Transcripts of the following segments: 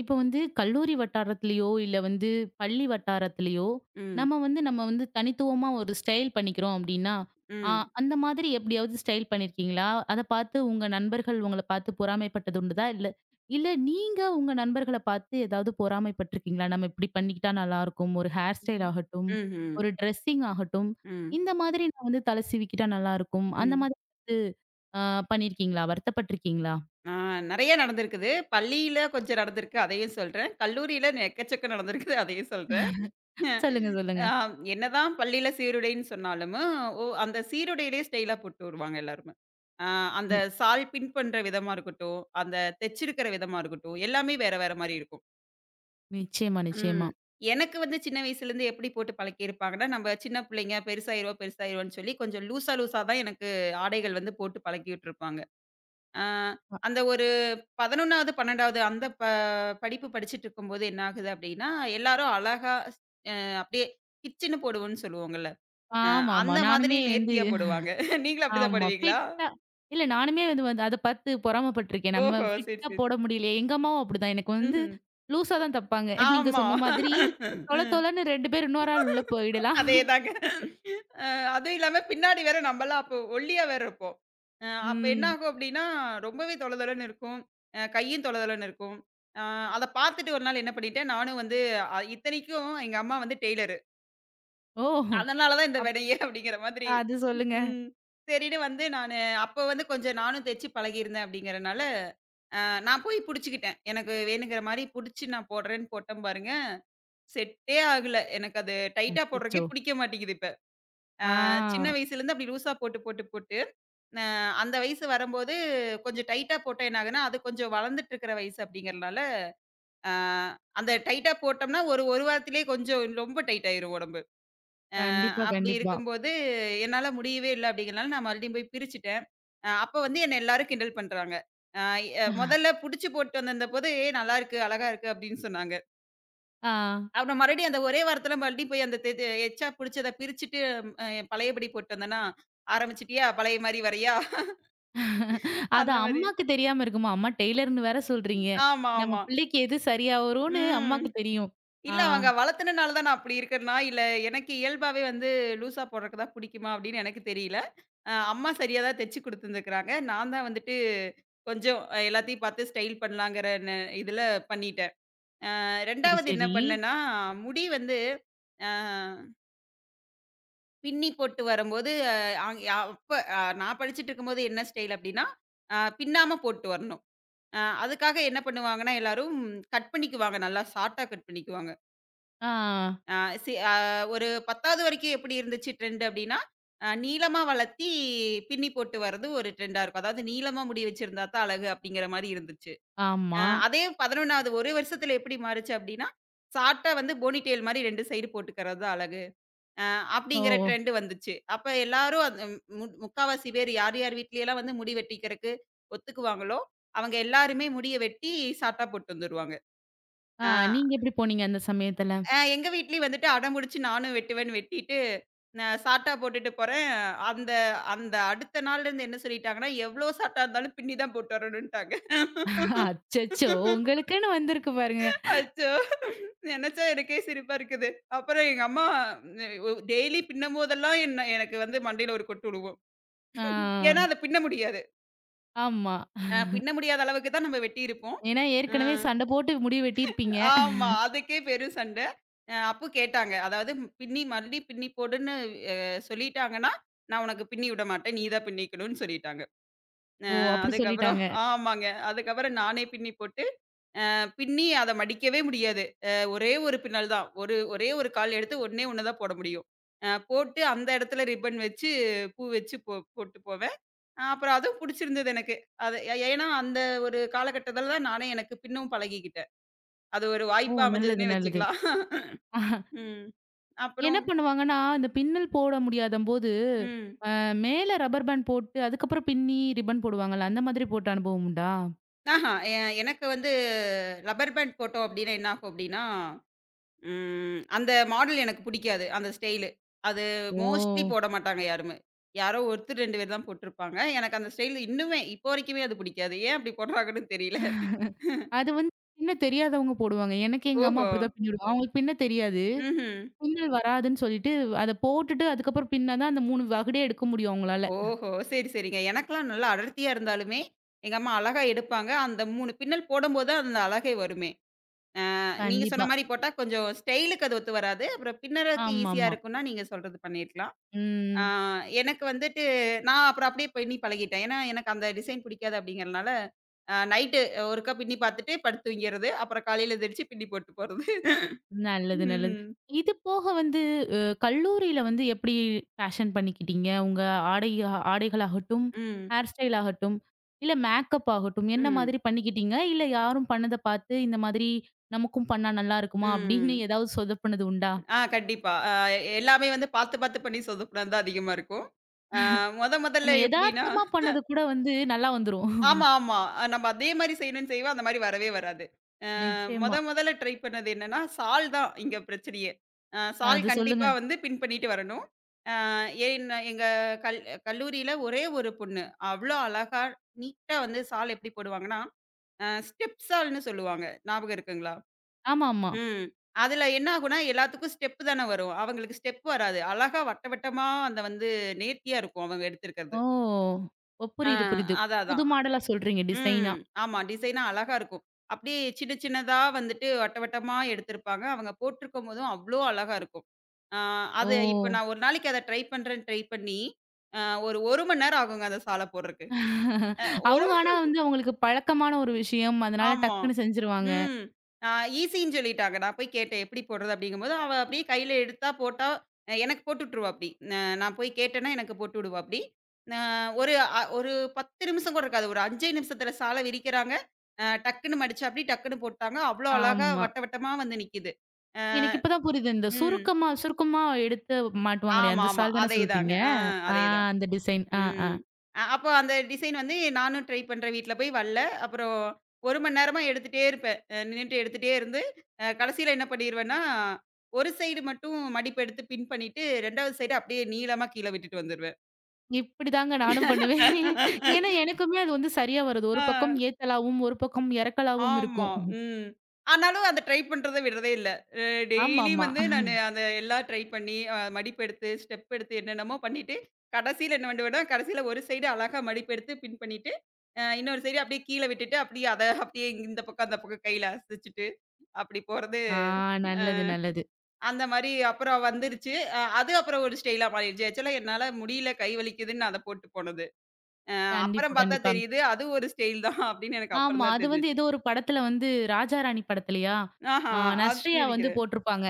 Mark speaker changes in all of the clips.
Speaker 1: இப்போ வந்து கல்லூரி வட்டாரத்திலயோ, இல்ல வந்து பள்ளி வட்டாரத்திலயோ,
Speaker 2: ம்.
Speaker 1: நம்ம வந்து தனித்துவமா ஒரு ஸ்டைல் பண்ணிக்கிறோம் அப்டின்னா, அ
Speaker 2: ம்.
Speaker 1: அந்த மாதிரி எப்படியாவது ஸ்டைல் பண்ணியிருக்கீங்களா? அத பார்த்து உங்க நண்பர்கள் உங்கள பார்த்து பொறாமைப்பட்டது உண்டுதா? இல்ல இல்ல நீங்க உங்க நண்பர்கள பார்த்து ஏதாவது பொறாமைப்பட்டுருக்கீங்களா? நம்ம இப்படி பண்ணிக்கிட்டா நல்லாருக்கும். ஒரு ஹேர் ஸ்டைல்
Speaker 2: ம்.
Speaker 1: ஆகட்டும்,
Speaker 2: ம்ஹ்ம்.
Speaker 1: ஒரு ட்ரெஸ்ஸிங் ஆகட்டும்.
Speaker 2: ம்.
Speaker 1: இந்த மாதிரி நான் வந்து தல சீவிக்கிட்டா நல்லாருக்கும். அந்த
Speaker 2: ம்.
Speaker 1: மாதிரி வந்து அ பண்ணியிருக்கீங்களா? வருத்தப்பட்டுருக்கீங்களா?
Speaker 2: ஆ நெறைய நடந்திருக்குது. பள்ளியில கொஞ்சம் நடந்திருக்கு. அதையும் சொல்றேன். கல்லூரியில எக்கச்சக்கம் நடந்திருக்குது. அதையும் சொல்றேன்.
Speaker 1: சொல்லுங்க, சொல்லுங்க.
Speaker 2: ஆ என்னதான் பள்ளியில சீருடைன்னு சொன்னாலும், ஓ அந்த சீருடையிலேயே ஸ்டைலா போட்டு வருவாங்க எல்லாருமே. ஆ அந்த
Speaker 1: நி
Speaker 2: சால் பின் பண்ற விதமா இருக்கட்டும், அந்த தெச்சிருக்கிற விதமா இருக்கட்டும், எல்லாமே வேற வேற மாரி இருக்கும்.
Speaker 1: நிச்சயமா,
Speaker 2: ம்.
Speaker 1: நிச்சயமா.
Speaker 2: எனக்கு வந்து சின்ன வயசுலேருந்து எப்படி போட்டு பழக்கியிருப்பாங்கன்னா, நம்ம சின்ன பிள்ளைங்க பெருசாயிருவோம், பெருசாயிருவோம்ன்னு சொல்லி கொஞ்சம் லூசா லூசா தான் எனக்கு ஆடைகள் வந்து போட்டு பழக்கி விட்டுருப்பாங்க. ஆ அந்த ஒரு 11வது, 12வது அந்த படிப்பு படிச்சுட்டுருக்கும்போது என்ன ஆகுது அப்படின்னா, எல்லாரும் அழகா அப்படியே கிச்சுன்னு போடுவோம்ன்னு சொல்லுவோங்கல்ல. அ
Speaker 1: ஆமாமா.
Speaker 2: அந்த மாதிரி
Speaker 1: நானுமே வந்து
Speaker 2: நேர்த்தியா போடுவாங்க. நீங்களும் அப்படிதான்
Speaker 1: ஆமா.
Speaker 2: போடுவீங்களா?
Speaker 1: ஃபிட்டா இல்ல நானுமே வந்து வந்து அத பார்த்து பொறாமப்பட்டுருக்கேன். நம்ம
Speaker 2: ஓஹோ! சரி,
Speaker 1: ஃபிட்டா
Speaker 2: சரி.
Speaker 1: போட முடியலையே. எங்க அம்மாவும் அப்படிதான். எனக்கு வந்து
Speaker 2: ம்ஹ்ம்.
Speaker 1: லூஸா தான் தப்பாங்க. நீங்க
Speaker 2: ஆமா.
Speaker 1: சொன்ன மாதிரி தொல
Speaker 2: ம்.
Speaker 1: தொலன்னு 2 பேர் இன்னொரு ஆள் உள்ள போயிடலாம்.
Speaker 2: அதேதாங்க. அ அதுவும் இல்லாம பின்னாடி வேற நம்பலாம் அப்போ ஒல்லியா வேற இருப்போம். அப்ப என்ன
Speaker 1: ம்.
Speaker 2: ஆகும் அப்டின்னா, ரொம்பவே தொள தொளன்னு இருக்கும். கையும் தொள தொளன்னு இருக்கும். அ அத பார்த்துட்டு ஒரு நாள் என்ன பண்ணிட்டேன், நானும் வந்து இத்தனைக்கும் எங்க அம்மா வந்து டெய்லரு.
Speaker 1: ஓ!
Speaker 2: அதனால தான் இந்த
Speaker 1: அப்
Speaker 2: வினையே அப்டிங்கிற மாதிரி.
Speaker 1: அது சொல்லுங்க.
Speaker 2: ம். சரின்னு வந்து அப்போ வந்து கொஞ்சம் நானும் தச்சு பழகியிருந்தேன் அப்டிங்கிறனால, அ நான் போய் புடிச்சுக்கிட்டேன். எனக்கு வேணுங்கிற மாரி புடிச்சு நான் போடுறேன்னு போட்டேன் பாருங்க. செட்டே ஆகல. எனக்கு அது டைட்டா போடுறதுக்கே
Speaker 1: அச்சச்சோ!
Speaker 2: புடிக்க மாட்டேங்குது.
Speaker 1: ஆ.
Speaker 2: சின்ன வயசுலேருந்து அப்படி லூஸா போட்டு, போட்டு, போட்டு அ அந்த வயசு வரும்போது கொஞ்சம் டைட்டா போட்டா என்ன ஆகும்ன்னா, அது கொஞ்சம் வளர்ந்துட்டு இருக்கிற வயசு அப்படிங்கிறனால, அ அந்த டைட்டா போட்டோம்னா ஒரு, ஒரு வாரத்திலேயே கொஞ்சம் ரொம்ப டைட் ஆயிரும் உடம்பு. அ
Speaker 1: கண்டிப்பா,
Speaker 2: அப்படி
Speaker 1: கண்டிப்பா.
Speaker 2: இருக்கும்போது என்னால முடியவே இல்ல அப்படிங்கிறனால நான் மறுபடியும் போய் பிரிச்சுட்டேன். அப்ப வந்து என்ன எல்லாரும் கிண்டல் பண்றாங்க. அ எ முதல்ல புடிச்சு போட்டு வந்திருந்தபோது, "ஏய் நல்லாருக்கு, அழகா இருக்கு" அப்படின்னு சொன்னாங்க.
Speaker 1: ஆ.
Speaker 2: அப்புறம் மறுபடியும் அந்த ஒரே வாரத்தில மறுபடியும் போய் அந்த தெ தெ- எச்சா புடிச்சத பிரிச்சுட்டு அ பழையபடி போட்டு வந்தேன்னா, ஆரம்பிச்சுட்டியா பழைய மாரி வர்றியா?
Speaker 1: அது
Speaker 2: அந்த மாரி.
Speaker 1: அம்மாக்கு தெரியாம இருக்குமா? அம்மா டெய்லர்ன்னு வேற சொல்றீங்க.
Speaker 2: ஆமா,
Speaker 1: நம்ம
Speaker 2: ஆமா.
Speaker 1: பிள்ளைக்கு எது சரியா வரும்னு
Speaker 2: ம்.
Speaker 1: அம்மாக்கு தெரியும். ஆ.
Speaker 2: இல்ல அவங்க வளர்த்துனனால தான் நான் அப்படி இருக்கேனா, இல்ல எனக்கு இயல்பாவே வந்து லூசா போடுறக்கு தான் பிடிக்குமா அப்படின்னு எனக்கு தெரியல. அம்மா சரியா தான் தச்சு குடுத்துருந்துருக்காங்க. நான் தான் வந்துட்டு கொஞ்சம் எல்லாத்தையும் பார்த்து ஸ்டைல் பண்ணலாங்கிற இதுல பண்ணிட்டேன்.
Speaker 1: சரி,
Speaker 2: 2வது என்ன
Speaker 1: சரி.
Speaker 2: பண்ணேன்னா, முடி வந்து அ பின்னி போட்டு வரும்போது, அ அங் அப்ப நான் படிச்சுட்டு இருக்கும்போது என்ன ஸ்டைல் அப்படின்னா, பின்னாம போட்டு வரணும். அதுக்காக என்ன பண்ணுவாங்கன்னா, எல்லாரும் கட் பண்ணிக்குவாங்க. நல்லா ஷார்ட்டா கட் பண்ணிக்குவாங்க.
Speaker 1: ஆ.
Speaker 2: அ சி அ ஒரு 10வது வரைக்கும் எப்படி இருந்துச்சு ட்ரெண்ட் அப்படின்னா, நீளமா வளர்த்தி பின்னி போட்டு வர்றது ஒரு ட்ரெண்டா இருக்கும். அதாவது நீளமா முடி வச்சிருந்தா தான் அழகு அப்படிங்கிற மாரி இருந்துச்சு. அ
Speaker 1: ஆமா.
Speaker 2: அதே 11வது 1 வருஷத்துல எப்படி மாறுச்சு அப்படின்னா, ஷார்ட்டா வந்து போனி டெயில் மாரி 2 சைடு போட்டுக்கிறது தான் அழகு. அ அப்படிங்கிற
Speaker 1: ஓ!
Speaker 2: ட்ரெண்ட் வந்துச்சு. அப்ப எல்லாரும் அது முக்காவாசி பேர் யார் யார் வீட்லயெல்லாம் வந்து முடி வெட்டிக்கிறக்கு ஒத்துக்குவாங்களோ, அவங்க எல்லாருமே முடிய வெட்டி சாட்டா போட்டு வந்துருவாங்க.
Speaker 1: ஆ
Speaker 2: அ
Speaker 1: நீங்க எப்படி போனீங்க அந்த சமயத்துல?
Speaker 2: அ எங்க வீட்லயும் வந்துட்டு அடம்புடிச்சு நானும் வெட்டுவேன்னு வெட்டிட்டு, நான் சாட்டா போட்டுட்டு போறேன். அந்த அந்த அடுத்த நாள்லருந்து என்ன சொல்லிட்டாங்கன்னா, எவ்ளோ சாட்டா இருந்தாலும் பின்னி தான் போட்டு வரணுன்ட்டாங்க.
Speaker 1: அச்சச்சோ! உங்களுக்குன்னு வந்திருக்கு பாருங்க.
Speaker 2: அச்சோ! நெனச்சா எனக்கே சிரிப்பா இருக்குது. அப்புறம் எங்க அம்மா டெய்லி பின்னும்போதெல்லாம் என்ன எனக்கு வந்து மண்டையில ஒரு கொட்டு விழுவும். ஏன்னா,
Speaker 1: ஆ.
Speaker 2: அத பின்ன முடியாது.
Speaker 1: ஆமா.
Speaker 2: பின்ன முடியாத அளவுக்கு தான் நம்ம வெட்டியிருப்போம்.
Speaker 1: ஏன்னா
Speaker 2: அ
Speaker 1: ஏற்கனவே சண்டை போட்டு முடிய வெட்டியிருப்பீங்க.
Speaker 2: ஆமா. அதுக்கே பெரும் சண்டை. அப்போ கேட்டாங்க. அதாவது பின்னி மறுபடி பின்னி போடுன்னு அ சொல்லிட்டாங்கன்னா, நான் உனக்கு பின்னி விட மாட்டேன். நீ தான் பின்னிக்கணும்னு சொல்லிட்டாங்க. அ
Speaker 1: ஓ! அப்படி
Speaker 2: அதுக்கப்புறம்
Speaker 1: சொல்லிட்டாங்க.
Speaker 2: ஆமாங்க. அதுக்கப்புறம் நானே பின்னி போட்டு, பின்னி அத மடிக்கவே முடியாது. ஒரே ஒரு பின்னல் தான். ஒரே ஒரு கால் எடுத்து ஒண்ணே ஒண்ணு தான் போட முடியும். போட்டு அந்த இடத்துல ரிப்பன் வச்சு, பூ வச்சு போட்டு போவேன். அப்புறம் அதுவும் புடிச்சிருந்தது எனக்கு. அது ஏன்னா அந்த ஒரு காலகட்டத்துல தான் நானே எனக்கு பின்னும் பழகிக்கிட்டேன். அது ஒரு
Speaker 1: ஓ!
Speaker 2: வாய்ப்பா
Speaker 1: நல்லது,
Speaker 2: அமைஞ்சதுன்னே
Speaker 1: நல்லது.
Speaker 2: வச்சுக்கலாம். ம்.
Speaker 1: என்ன
Speaker 2: அப்புறம்
Speaker 1: பண்ணுவாங்கன்னா, இந்த பின்னல் போட முடியாதம்போது,
Speaker 2: ம்.
Speaker 1: மேல ரப்பர் பேண்ட் போட்டு, அதுக்கப்புறம் பின்னி ரிப்பன் போடுவாங்கல்ல, அந்த மாதிரி போட்ட அனுபவம் உண்டா?
Speaker 2: ஆஹா எ எனக்கு வந்து ரப்பர் பேண்ட் போட்டோம் அப்டின்னா என்ன ஆகும் அப்டின்னா, அந்த மாடல் எனக்கு புடிக்காது. அந்த ஸ்டைலு. அது மோஸ்ட்லி
Speaker 1: ஓ!
Speaker 2: போட மாட்டாங்க யாருமே. யாரோ ஒருத்தர் 2 பேர் தான் போட்டுருப்பாங்க. எனக்கு அந்த ஸ்டைல் இன்னுமே இப்போ வரைக்குமே அது புடிக்காது. ஏன் அப்டி போடுறாங்கன்னு தெரியல.
Speaker 1: அது வந்து பின்ன தெரியாதவங்க போடுவாங்க. எனக்கு எங்க அம்மா
Speaker 2: ஓஹோ!
Speaker 1: அப்படிதான் பின்னி விடுவாங்க. அவங்களுக்கு பின்ன தெரியாது.
Speaker 2: ம்ஹ்ம்.
Speaker 1: பின்னல் வராதுன்னு சொல்லிட்டு, அத போட்டுட்டு அதுக்கப்புறம் பின்னா தான் அந்த 3 வகுடே எடுக்க முடியும் அவங்களால.
Speaker 2: ஓஹோ! சரி, சரிங்க. எனக்கெல்லாம் நல்லா அடர்த்தியா இருந்தாலுமே, எங்க அம்மா அழகா எடுப்பாங்க. அந்த 3 பின்னல் போடும்போது தான் அந்த அழகே வருமே. நீங்க சொன்ன
Speaker 1: கண்டிப்பா.
Speaker 2: மாரி போட்டா கொஞ்சம் ஸ்டைலுக்கு அது ஒத்து வராது. அப்புறம் பின்னறக்கு ஈஸியா
Speaker 1: ஆமாமா.
Speaker 2: இருக்கும்னா, நீங்க சொல்றது பண்ணியிருக்கலாம். ஆ
Speaker 1: ம்.
Speaker 2: எனக்கு வந்துட்டு நான் அப்புறம் அப்படியே பின்னி பழகிட்டேன். ஏன்னா, எனக்கு அந்த டிசைன் பிடிக்காது அப்படிங்கிறனால, நைட்டு ஒருக்கா பின்னி பார்த்துட்டு படுத்து தூங்கிறது. அப்புறம் காலையில எந்திரிச்சு பின்னி போட்டு போறது.
Speaker 1: நல்லது, நல்லது.
Speaker 2: ம்.
Speaker 1: இது போக வந்து அ கல்லூரியில வந்து எப்படி பேஷன் பண்ணிக்கிட்டீங்க? உங்க ஆடை ஆடைகளாகட்டும்,
Speaker 2: ம்.
Speaker 1: ஹேர் ஸ்டைல் ஆகட்டும், இல்ல மேக்கப் ஆகட்டும், என்ன
Speaker 2: ம்.
Speaker 1: மாதிரி பண்ணிக்கிட்டீங்க? இல்ல யாரும் பண்ணத பார்த்து, இந்த மாதிரி நமக்கும் பண்ணா நல்லா இருக்குமா? அப்படின்னு
Speaker 2: ம்.
Speaker 1: ஏதாவது சொதப்புனது உண்டா?
Speaker 2: கண்டிப்பா. எல்லாமே வந்து பார்த்து பார்த்து பண்ணி சொதப்புனது தான் அதிகமா இருக்கும். மொதல்ல
Speaker 1: நம்ம
Speaker 2: எப்படின்னா
Speaker 1: எதார்த்தமா பண்ணது கூட வந்து நல்லா வந்துரும்.
Speaker 2: ஆமா, ஆமா. நம்ம அதே மாரி செய்யணும்னு செய்வோம். அந்த மாரி வரவே வராது. அ மொத
Speaker 1: நிச்சயமா.
Speaker 2: மொதல்ல ட்ரை பண்ணது என்னன்னா, சால் தான் இங்க பிரச்சனையே. சால்
Speaker 1: அது சொல்லுங்க.
Speaker 2: கண்டிப்பா வந்து பின் பண்ணிட்டு வரணும். அ ஏன் எங்க கல் கல்லூரியில ஒரே ஒரு பொண்ணு. அவ்ளோ அழகா நீட்டா வந்து சால் எப்படி போடுவாங்கன்னா, ஸ்டெப் சால்ன்னு சொல்லுவாங்க. ஞாபகம் இருக்குங்களா?
Speaker 1: ஆமாமா.
Speaker 2: ம். அதுல என்ன ஆகும்னா, எல்லாத்துக்கும் ஸ்டெப் தானே வரும். அவங்களுக்கு ஸ்டெப் வராது. அழகா வட்ட வட்டமா அந்த வந்து நேர்த்தியா இருக்கும் அவங்க எடுத்திருக்கிறது.
Speaker 1: ஓ! ஓ
Speaker 2: ஆ
Speaker 1: புரியுது, புரியுது.
Speaker 2: அதான்,
Speaker 1: புது
Speaker 2: அதான்.
Speaker 1: மாடலா சொல்றீங்க
Speaker 2: ம்.
Speaker 1: டிசைனா.
Speaker 2: ஆமா. டிசைனா அழகா இருக்கும். அப்படியே சின்ன சின்னதா வந்துட்டு வட்ட வட்டமா எடுத்திருப்பாங்க. அவங்க போட்டிருக்கும்போதும் அவ்ளோ அழகா இருக்கும். ஆ
Speaker 1: ஓ!
Speaker 2: அது இப்ப நான் ஒரு நாளைக்கு அத ட்ரை பண்றேன்னு ட்ரை பண்ணி, அ ஒரு 1 மணி நேரம் ஆகுங்க அந்த சால போடுறக்கு. அ ஒரு
Speaker 1: அவங்க ஆனா வந்து அவங்களுக்கு பழக்கமான ஒரு விஷயம். அதனால
Speaker 2: ஆமா.
Speaker 1: டக்குன்னு செஞ்சுருவாங்க.
Speaker 2: ம். ஆ ஈஸின்னு சொல்லிட்டாங்க. நான் போய் கேட்டேன், "எப்படி போடுறது?" அப்படிங்கும்போது, அவ அப்படியே கையில எடுத்தா போட்டா, எனக்கு போட்டு விட்டுருவாப்படி. ந நான் நான் போய் கேட்டேன்னா, எனக்கு போட்டு விடுவாப்படி. ந ஒரு அ ஒரு 10 நிமிஷம் கூட இருக்காது. ஒரு 5 நிமிஷத்தில சால விரிக்கிறாங்க. டக்குன்னு மடிச்சாப்படி, டக்குன்னு போட்டாங்க. அவ்வளோ அழகா
Speaker 1: ஆமா.
Speaker 2: வட்ட வட்டமா வந்து நிக்கிது. அ
Speaker 1: எனக்கு இப்ப தான் புரியுது. இந்த
Speaker 2: ம்.
Speaker 1: சுருக்கமா சுருக்கமா எடுத்து மாட்டுவாங்களே,
Speaker 2: ஆமா,
Speaker 1: அந்த
Speaker 2: ஆமா.
Speaker 1: சால் தானே
Speaker 2: அதேதாங்க.
Speaker 1: சொல்றீங்க? ஆ
Speaker 2: அதேதான்.
Speaker 1: அந்த டிசைன். ஆ, ஆ.
Speaker 2: ம். அப்போ அந்த டிசைன் வந்து நானும் ட்ரை பண்றேன். வீட்ல போய் வரல. அப்புறம் 1 மணி நேரமா எடுத்துட்டே இருப்பேன். நின்னுட்டு எடுத்துட்டே இருந்து, கடைசியில என்ன பண்ணிருவேன்னா, ஒரு சைடு மட்டும் மடிப்பு எடுத்து பின் பண்ணிட்டு, 2வது சைடு அப்படியே நீளமா கீழ விட்டுட்டு வந்துருவேன்.
Speaker 1: இப்படிதாங்க நானும்
Speaker 2: ஆ.
Speaker 1: பண்ணுவேன். ஏன்னா எனக்குமே அது வந்து சரியா வருது. ஒரு பக்கம் ஏத்தலாவும், ஒரு பக்கம் இறக்கலாவும்
Speaker 2: ஆமா.
Speaker 1: இருக்கும்.
Speaker 2: ம். ஆனாலும் அத ட்ரை பண்றத விடுறதே இல்ல. அ டெய்லியும்
Speaker 1: ஆமாமா.
Speaker 2: வந்து நானு அத எல்லாம் ட்ரை பண்ணி, மடிப்பு எடுத்து, ஸ்டெப் எடுத்து என்னென்னமோ பண்ணிட்டு, கடைசியில என்ன பண்ணிடுவேன்னா, கடைசியில ஒரு சைடு அழகா மடிப்பு எடுத்து பின் பண்ணிட்டு, இன்னொரு சைடு அப்படியே கீழ விட்டுட்டு, அப்படியே அத அப்படியே இந்த பக்கம், அந்த பக்கம் கையில அசைச்சுட்டு, அப்படி போறது.
Speaker 1: ஆ
Speaker 2: அ
Speaker 1: நல்லது, நல்லது.
Speaker 2: அந்த மாரி அப்புறம் வந்துருச்சு. அது அப்புறம் ஒரு ஸ்டைலா மாறிடுச்சு. ஆக்சுவலா என்னால முடியல, கை வலிக்குதுன்னு நான் அத போட்டு போனது. அ
Speaker 1: கண்டிப்பா,
Speaker 2: அப்புறம் பார்த்தா
Speaker 1: கண்டிப்பா.
Speaker 2: தெரியுது, அது ஒரு ஸ்டைல் தான் அப்படின்னு எனக்கு அப்புறம்
Speaker 1: ஆமா.
Speaker 2: தான்
Speaker 1: அது வந்து
Speaker 2: தெரிஞ்சுச்சு.
Speaker 1: ஏதோ ஒரு படத்துல வந்து ராஜா ராணி படத்துலயா?
Speaker 2: ஆஹா!
Speaker 1: ஆ
Speaker 2: அது
Speaker 1: நஸ்ரியா வந்து
Speaker 2: இடிக்கிறது.
Speaker 1: போட்டிருப்பாங்க.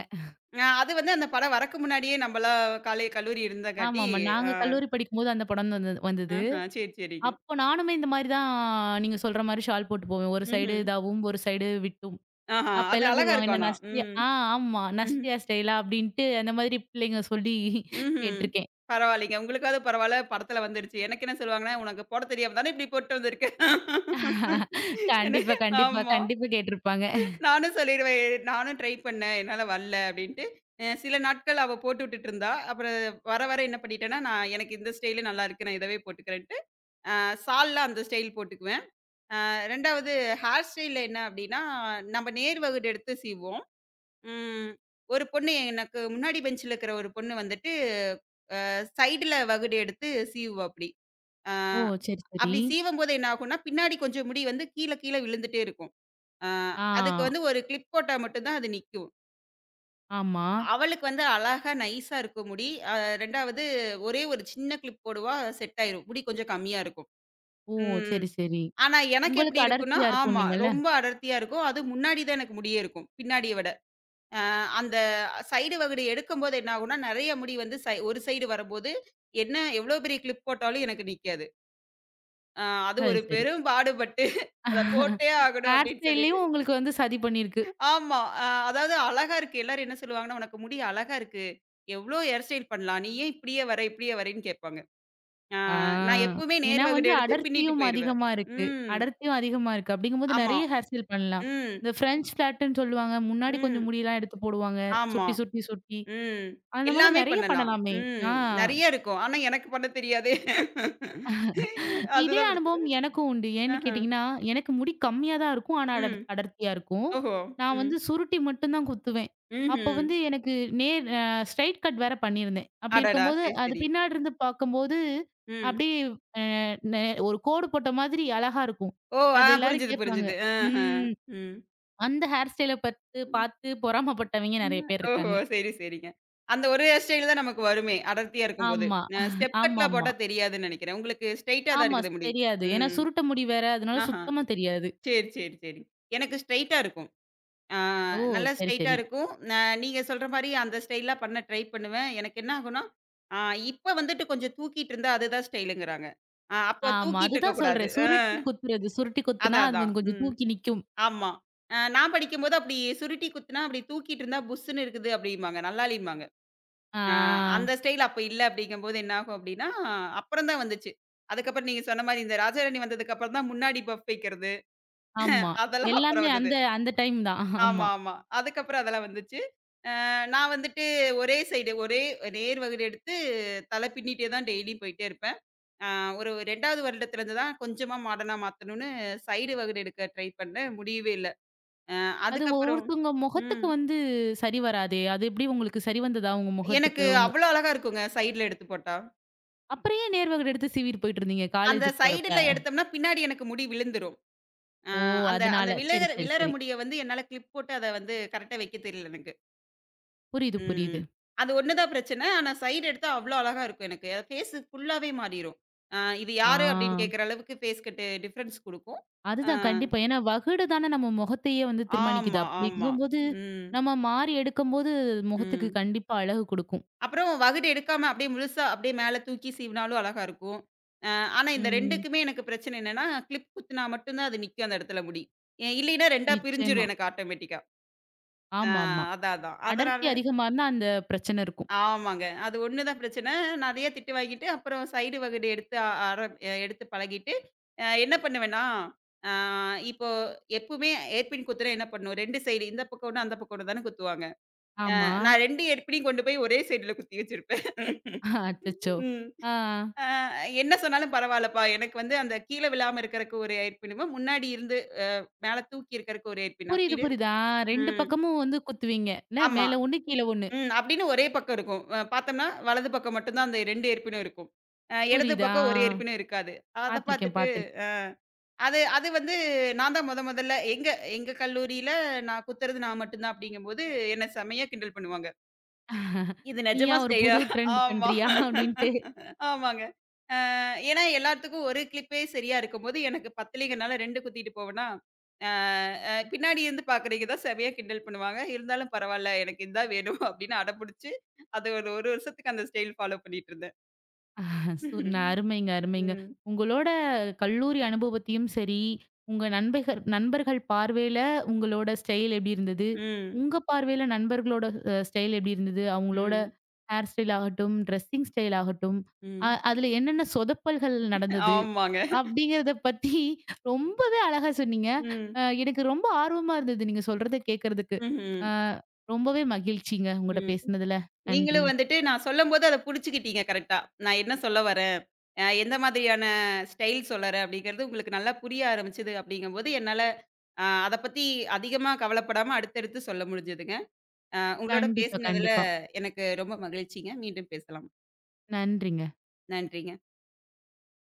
Speaker 2: அது வந்து அந்த படம் வரக்கு முன்னாடியே நம்பலாம் காலை கல்லூரி இருந்தங்காட்டி,
Speaker 1: ஆமாமா.
Speaker 2: அ
Speaker 1: நாங்க கல்லூரி படிக்கும்போது அந்த படம் தான் வந்தது வந்தது.
Speaker 2: ஆஹா, சரி, சரிங்க.
Speaker 1: அப்போ நானுமே இந்த மாரி தான் நீங்க சொல்ற மாரி ஷால் போட்டு போவேன். ஒரு சைடு
Speaker 2: ம்ஹ்ம்.
Speaker 1: இதாவும், ஒரு சைடு விட்டும்.
Speaker 2: ஆஹா,
Speaker 1: அப்ப
Speaker 2: அது
Speaker 1: எல்லாரும்
Speaker 2: அழகா
Speaker 1: சொல்லுவாங்க,
Speaker 2: இருக்கும்
Speaker 1: "என்ன
Speaker 2: ஆனா.
Speaker 1: நஸ்டியா
Speaker 2: ம்.
Speaker 1: ஆ ஆமா.
Speaker 2: ம்.
Speaker 1: நஸ்டியா ஸ்டைலா?" அப்படின்ட்டு அந்த மாதிரி பிள்ளைங்க சொல்லி
Speaker 2: ம்ஹ்ம்.
Speaker 1: கேட்டுருக்கேன்.
Speaker 2: பரவாயில்லைங்க. உங்களுக்காவது பரவால்ல, படத்துல வந்துருச்சு. எனக்கு என்ன சொல்லுவாங்கன்னா, "உனக்கு போட தெரியாம தானே இப்படி போட்டு வந்திருக்க?" எனக்கு
Speaker 1: கண்டிப்பா, கண்டிப்பா,
Speaker 2: ஆமா.
Speaker 1: கண்டிப்பா கேட்டுருப்பாங்க.
Speaker 2: நானும் சொல்லிடுவேன், "நானும் ட்ரை பண்ணேன். என்னால வரல" அப்படின்ட்டு. சில நாட்கள் அவ போட்டு விட்டுட்டுருந்தா. அப்புறம் வர, வர என்ன பண்ணிட்டேன்னா, நான் எனக்கு இந்த ஸ்டைலு நல்லா இருக்கு. நான் இதவே போட்டுக்கிறேன்ட்டு, அ சால்ல அந்த ஸ்டைல் போட்டுக்குவேன். 2வது ஹேர் ஸ்டைல்ல என்ன அப்படின்னா, நம்ம நேர் வகுடு எடுத்து சீவுவோம். ம். ஒரு பொண்ணு எனக்கு முன்னாடி பெஞ்சுல இருக்கிற ஒரு பொண்ணு வந்துட்டு, சைடுல வகுடு எடுத்து சீவுவாப்படி. அ
Speaker 1: ஓ! சரி, சரி.
Speaker 2: அப்படி சீவம்போது என்ன ஆகும்னா, பின்னாடி கொஞ்சம் முடி வந்து கீழ கீழ விழுந்துட்டே இருக்கும். அ
Speaker 1: ஆ,
Speaker 2: அதுக்கு வந்து ஒரு கிளிப் போட்டா மட்டும் தான் அது நிக்கும்.
Speaker 1: ஆமா.
Speaker 2: அவளுக்கு வந்து அழகா நைஸா இருக்கும் முடி. 2வது ஒரே ஒரு சின்ன கிளிப் போடுவா, செட் ஆயிரும். முடி கொஞ்சம் கம்மியா இருக்கும்.
Speaker 1: ஓ!
Speaker 2: ம்.
Speaker 1: சரி, சரி.
Speaker 2: ஆனா, எனக்கு
Speaker 1: உங்களுக்கு
Speaker 2: எப்படி இருக்கும்ன்னா
Speaker 1: அடர்த்தியா
Speaker 2: ஆமா.
Speaker 1: இருக்கும்னீங்கல்ல?
Speaker 2: ரொம்ப அடர்த்தியா இருக்கும். அதுவும் முன்னாடி தான் எனக்கு முடியே இருக்கும். பின்னாடிய விட. அ அந்த சைடு வகுடு எடுக்கும்போது என்ன ஆகும்ன்னா, நெறைய முடி வந்து ஒரு சைடு வரம்போது, என்ன எவ்வளோ பெரிய கிளிப் போட்டாலும் எனக்கு நிக்காது. அ அது
Speaker 1: சரி,
Speaker 2: ஒரு
Speaker 1: சரி.
Speaker 2: பெரும் பாடுபட்டு அத போட்டே ஆகணும்
Speaker 1: ஹேர்
Speaker 2: அப்படின்னு சொல்லிட்டு
Speaker 1: ஸ்டைல்லயும் உங்களுக்கு வந்து சதி பண்ணியிருக்கு.
Speaker 2: ஆமா. அதாவது அழகா இருக்கு. எல்லாரும் என்ன சொல்லுவாங்கன்னா, "உனக்கு முடி அழகா இருக்கு. எவ்வளோ ஹேர் ஸ்டைல் பண்ணலாம். நீ ஏன் இப்படியே வர, இப்படியே வரேன்னு?" கேட்பாங்க. அ
Speaker 1: ஆ.
Speaker 2: நான் எப்பவுமே
Speaker 1: ஏன்னா
Speaker 2: நேர்
Speaker 1: வந்து
Speaker 2: வகுடு எடுத்து பின்னிட்டு
Speaker 1: அடர்த்தியும்
Speaker 2: போயிருவேன்.
Speaker 1: அதிகமா இருக்கு.
Speaker 2: ம்.
Speaker 1: அடர்த்தியும் அதிகமா இருக்கு. அப்படிங்கும்போது
Speaker 2: ஆமா.
Speaker 1: நெறைய ஹேர் ஸ்டைல் பண்ணலாம்.
Speaker 2: ம்.
Speaker 1: இந்த ஃப்ரெஞ்ச் ஃபிளாட்டுன்னு சொல்லுவாங்க. முன்னாடி கொஞ்சம்
Speaker 2: ம்.
Speaker 1: முடியெல்லாம் எடுத்து போடுவாங்க.
Speaker 2: ஆமா.
Speaker 1: சுட்டி, சுட்டி, சுட்டி.
Speaker 2: ம்.
Speaker 1: அந்த மாதிரி
Speaker 2: எல்லாமே
Speaker 1: நெறைய
Speaker 2: பண்ணலாம்.
Speaker 1: பண்ணலாமே!
Speaker 2: ம்.
Speaker 1: ஆ.
Speaker 2: நெறைய இருக்கும். ஆனா எனக்கு பண்ண தெரியாதே!
Speaker 1: இதே
Speaker 2: அதுதான் பிரச்சனை.
Speaker 1: அனுபவம் எனக்கும் உண்டு. ஏன்னு
Speaker 2: ஆஹா.
Speaker 1: கேட்டீங்கன்னா, எனக்கு முடி கம்மியா தான் இருக்கும். ஆனா
Speaker 2: ம்.
Speaker 1: அடர்த்தியா இருக்கும்.
Speaker 2: ஓஹோ!
Speaker 1: நான்
Speaker 2: ம்.
Speaker 1: வந்து சுருட்டி மட்டும் தான் குத்துவேன். அப்போ
Speaker 2: ம்ஹ்ம்.
Speaker 1: வந்து எனக்கு நேர் அ ஸ்ட்ரெயிட் கட் வேற பண்ணியிருந்தேன். அப்படி
Speaker 2: அடடா!
Speaker 1: இருக்கும்போது,
Speaker 2: சரி,
Speaker 1: அது
Speaker 2: சரி.
Speaker 1: பின்னாடி இருந்து பார்க்கும்போது,
Speaker 2: ம்.
Speaker 1: அப்படியே அ நெ ஒரு கோடு போட்ட மாதிரி அழகா இருக்கும்.
Speaker 2: ஓ!
Speaker 1: அது எல்லாரும்
Speaker 2: புரிஞ்சுது,
Speaker 1: கேட்பாங்க.
Speaker 2: புரிஞ்சுது. ஆஹ.
Speaker 1: ம்.
Speaker 2: ம்.
Speaker 1: அந்த ஹேர் ஸ்டைல பத்து
Speaker 2: ம்.
Speaker 1: பார்த்து பொறாமப்பட்டவங்க நெறைய பேர்
Speaker 2: ஓஹோ!
Speaker 1: இருக்காங்க.
Speaker 2: சரி, சரிங்க. அந்த ஒரு ஹேர் ஸ்டைல் தான் நமக்கு வருமே! அடர்த்தியா இருக்கும்போது.
Speaker 1: ஆமா.
Speaker 2: ஸ்டெப் கட்லாம்
Speaker 1: ஆமாமா.
Speaker 2: போட்டா தெரியாதுன்னு நெனைக்கிறேன். உங்களுக்கு ஸ்ட்ரெய்ட்டா தான்
Speaker 1: ஆமா. ஆமா
Speaker 2: இருக்குது முடி.
Speaker 1: தெரியாது. ஏன்னா
Speaker 2: ம்.
Speaker 1: சுருட்ட முடி வேற. அதனால
Speaker 2: ஆஹா.
Speaker 1: சுத்தமா தெரியாது.
Speaker 2: சரி, சரி, சரி. எனக்கு ஸ்ட்ரெய்ட்டா இருக்கும். ஆ
Speaker 1: ஓ!
Speaker 2: நல்லா
Speaker 1: சரி,
Speaker 2: ஸ்ட்ரெயிட்டா
Speaker 1: சரி.
Speaker 2: இருக்கும். நீங்க சொல்ற மாரி அந்த ஸ்டைலா பண்ண ட்ரை பண்ணுவேன். எனக்கு என்ன ஆகும்னா, ஆ இப்ப வந்துட்டு கொஞ்சம் தூக்கிட்டு இருந்தா அதுதான் ஸ்டைலுங்கிறாங்க. அப்ப
Speaker 1: ஆமா.
Speaker 2: தூக்கிட்டு
Speaker 1: அதுதான்
Speaker 2: இருக்கக்கூடாது.
Speaker 1: சொல்றேன். சுருட்டி குத்துறது. சுருட்டி குத்துனா,
Speaker 2: அதான்,
Speaker 1: அது
Speaker 2: அதான்.
Speaker 1: வந்து கொஞ்சம்
Speaker 2: ம்.
Speaker 1: தூக்கி நிக்கும்.
Speaker 2: ஆமா. நான் படிக்கும்போது அப்படி சுருட்டி குத்துனா அப்படி தூக்கிட்டு இருந்தா புஸ்ஸுன்னு இருக்குது அப்படிம்பாங்க. நல்லாலிம்பாங்க.
Speaker 1: ஆ.
Speaker 2: ஆ அந்த ஸ்டைல் அப்ப இல்ல அப்படிங்கும்போது என்ன ஆகும் அப்படின்னா, அப்புறம் தான் வந்துச்சு. அதுக்கப்புறம் நீங்க சொன்ன மாரி இந்த ராஜாராணி வந்ததுக்கு அப்புறம் தான் முன்னாடி பஃப் வைக்கிறது.
Speaker 1: ஆமா.
Speaker 2: அதெல்லாம் அப்புறம்
Speaker 1: எல்லாமே
Speaker 2: வந்தது.
Speaker 1: அந்த அந்த டைம் தான்.
Speaker 2: ஆமா,
Speaker 1: ஆமா.
Speaker 2: ஆமா. அதுக்கப்புறம் அதெல்லாம் வந்துச்சு. அ நான் வந்துட்டு ஒரே சைடு ஒரே நேர் வகுடு எடுத்து தலை பின்னிட்டே தான் டெய்லியும் போயிட்டே இருப்பேன். அ ஒரு 2வது வருடத்திலருந்து தான் கொஞ்சமா மாடர்னா மாத்தணும்னு சைடு வகுடு எடுக்க ட்ரை பண்ணேன். முடியவே இல்ல. அ
Speaker 1: அது
Speaker 2: அதுக்கப்புறம்
Speaker 1: ஒவ்வொருத்தவங்க
Speaker 2: ம்.
Speaker 1: முகத்துக்கு வந்து சரி வராதே! அது எப்படி உங்களுக்கு சரி வந்ததா உங்க
Speaker 2: எனக்கு
Speaker 1: முகத்துக்கு? உங்க
Speaker 2: அவ்வளோ அழகா இருக்குங்க சைடுல எடுத்து போட்டா.
Speaker 1: அப்புறம் ஏன் நேர்வகடு எடுத்து சீவிட்டு போயிட்டு இருந்தீங்க
Speaker 2: அந்த
Speaker 1: காலேஜுக்கு போறப்ப?
Speaker 2: சைடுல எடுத்தோம்னா பின்னாடி எனக்கு முடி விழுந்துரும். அ
Speaker 1: ஓ!
Speaker 2: அந்த
Speaker 1: அதனால.
Speaker 2: அந்த
Speaker 1: சரி,
Speaker 2: விழுகிற
Speaker 1: சரி,
Speaker 2: விழற
Speaker 1: சரி.
Speaker 2: முடிய வந்து என்னால கிளிப் போட்டு அத வந்து கரெக்ட்டா வைக்க தெரியல எனக்கு.
Speaker 1: புரியுது, புரியுது.
Speaker 2: ம். அது ஒண்ணு தான் பிரச்சனை. ஆனா சைடு எடுத்தா அவ்ளோ அழகா இருக்கும் எனக்கு. ஃபேஸ் ஃபுல்லாவே மாறிரும். இது யாரு அப்படின்னு
Speaker 1: ஆ.
Speaker 2: கேட்கிற அளவுக்கு ஃபேஸ் கட்டு டிஃபரன்ஸ் குடுக்கும். அ
Speaker 1: அதுதான் கண்டிப்பா. ஏன்னா வகுடு தானே நம்ம முகத்தையே வந்து தீர்மானிக்குது.
Speaker 2: ஆமா, ஆமா.
Speaker 1: அப்படிங்கும்போது,
Speaker 2: ம்,
Speaker 1: நம்ம மாறி எடுக்கும்போது முகத்துக்கு
Speaker 2: ம்.
Speaker 1: கண்டிப்பா அழகு குடுக்கும்.
Speaker 2: அப்புறம் வகுடு எடுக்காம அப்படியே முழுசா அப்படியே மேல தூக்கி சீவினாலும் அழகா இருக்கும். அ ஆனா இந்த
Speaker 1: ம்.
Speaker 2: 2க்குமே எனக்கு பிரச்சனை என்னன்னா, கிளிப் குத்துனா மட்டும் தான் அது நிக்கும் அந்த இடத்துல முடி. இல்லைன்னா 2ஆ பிரிஞ்சிரும்
Speaker 1: நிச்சயமா.
Speaker 2: எனக்கு ஆட்டோமேட்டிக்கா. அ
Speaker 1: ஆமாமா.
Speaker 2: அதான், அதான். அதனால
Speaker 1: அடர்த்தி அதிகமா இருந்தா அந்த பிரச்சனை இருக்கும்.
Speaker 2: ஆமாங்க. அது ஒண்ணு தான் பிரச்சனை. நெறைய திட்டு வாங்கிட்டு, அப்புறம் சைடு வகுடு எடுத்து அ அர அ எடுத்து பழகிட்டு, என்ன பண்ணுவேன்னா, ஆ இப்போ எப்பவுமே ஏர்பின் குத்துனா என்ன பண்ணும்? 2 சைடு இந்த பக்கம் ஒண்ணு, அந்த பக்கம் ஒண்ணு தானே குத்துவாங்க.
Speaker 1: ஆமா.
Speaker 2: நான் 2 ஏர்பினையும் கொண்டு போய் ஒரே சைடுல குத்தி வச்சிருப்பேன்.
Speaker 1: அச்சச்சோ!
Speaker 2: ம்.
Speaker 1: ஆ.
Speaker 2: அ என்ன சொன்னாலும் பரவால்லப்பா. எனக்கு வந்து அந்த கீழ விழாம இருக்கறக்கு ஒரு ஏர்பினும், முன்னாடி இருந்து அ மேல தூக்கி இருக்கறக்கு ஒரு ஏர்பின்
Speaker 1: புரியுது,
Speaker 2: அப்படின்னு
Speaker 1: புரியுது. ஆ 2
Speaker 2: ம்.
Speaker 1: பக்கமும் வந்து குத்துவீங்க. என்ன
Speaker 2: ஆமா.
Speaker 1: மேல 1 கீழ 1.
Speaker 2: ம். அப்படின்னு ஒரே பக்கம் இருக்கும். பார்த்தோம்னா, வலது பக்கம் மட்டும் தான் அந்த 2 ஏற்பினும் இருக்கும். இடது
Speaker 1: புரியுதா?
Speaker 2: பக்கம் ஒரு ஏற்பினும் இருக்காது. அத
Speaker 1: பார்த்துருக்கேன்,
Speaker 2: பார்த்துட்டு
Speaker 1: பார்த்துருக்கேன்.
Speaker 2: அது அது வந்து நான் தான் மொதல்ல எங்க எங்க கல்லூரியில நான் குத்துறது நான் மட்டும் தான் அப்படிங்கும்போது, என்ன செமையா கிண்டல் பண்ணுவாங்க. இது
Speaker 1: நீயா
Speaker 2: நிஜமா
Speaker 1: ஒரு புது ட்ரெண்ட்
Speaker 2: ஆமா.
Speaker 1: பண்றியா? அப்டின்ட்டு.
Speaker 2: ஆமாங்க. அ ஏன்னா எல்லாத்துக்கும் ஒரு கிளிப்பே சரியா இருக்கும்போது, எனக்கு பத்தலைங்கனால 2 குத்திட்டு போவேனா, அ அ பின்னாடி இருந்து பார்க்குறவைங்க தான் செமையா கிண்டல் பண்ணுவாங்க. இருந்தாலும் பரவால்ல எனக்கு இதுதான் வேணும் அப்டின்னு அடம்புடிச்சு, அது ஒரு 1 வருஷத்துக்கு அந்த ஸ்டைல் ஃபாலோ பண்ணிட்டு இருந்தேன். ம்.
Speaker 1: அருமைங்க, அருமைங்க.
Speaker 2: ம்.
Speaker 1: உங்களோட கல்லூரி அனுபவத்தையும் சரி, உங்க நண்பர்கள் பார்வையில உங்களோட ஸ்டைல் எப்படி இருந்தது?
Speaker 2: ம்.
Speaker 1: உங்க பார்வையில நண்பர்களோட ஸ்டைல் எப்படி இருந்தது? அவங்களோட
Speaker 2: ம்.
Speaker 1: ஹேர் ஸ்டைல் ஆகட்டும், ட்ரெஸ்ஸிங் ஸ்டைல் ஆகட்டும்,
Speaker 2: ம்.
Speaker 1: அதுல என்னென்ன சொதப்பல்கள் நடந்தது?
Speaker 2: ஆமாங்க.
Speaker 1: அப்படிங்கிறத பத்தி ரொம்பவே அழகா சொன்னீங்க.
Speaker 2: ம்.
Speaker 1: எனக்கு ரொம்ப ஆர்வமா இருந்தது நீங்க சொல்றத கேட்கறதுக்கு.
Speaker 2: ம்ஹ்ம்.
Speaker 1: அ ரொம்பவே மகிழ்ச்சிங்க உங்கட்ட
Speaker 2: ம்.
Speaker 1: பேசினதுல. நன்றி.
Speaker 2: நீங்களும் வந்துட்டு நான் சொல்லும்போது அத புடிச்சுக்கிட்டீங்க கரெக்ட்டா. நான் என்ன சொல்ல வரேன்? எந்த மாதிரியான ஸ்டைல் சொல்லறேன் அப்படிங்கிறது உங்களுக்கு நல்லா புரிய ஆரம்பிச்சது அப்படிங்கும்போது, என்னால அத பத்தி அதிகமா கவலைப்படாம அடுத்தடுத்து சொல்ல முடிஞ்சதுங்க. உங்களோட
Speaker 1: கண்டிப்பா,
Speaker 2: பேசினதுல
Speaker 1: கண்டிப்பா.
Speaker 2: எனக்கு ரொம்ப மகிழ்ச்சிங்க. மீண்டும் பேசலாம்.
Speaker 1: நன்றிங்க.
Speaker 2: நன்றிங்க.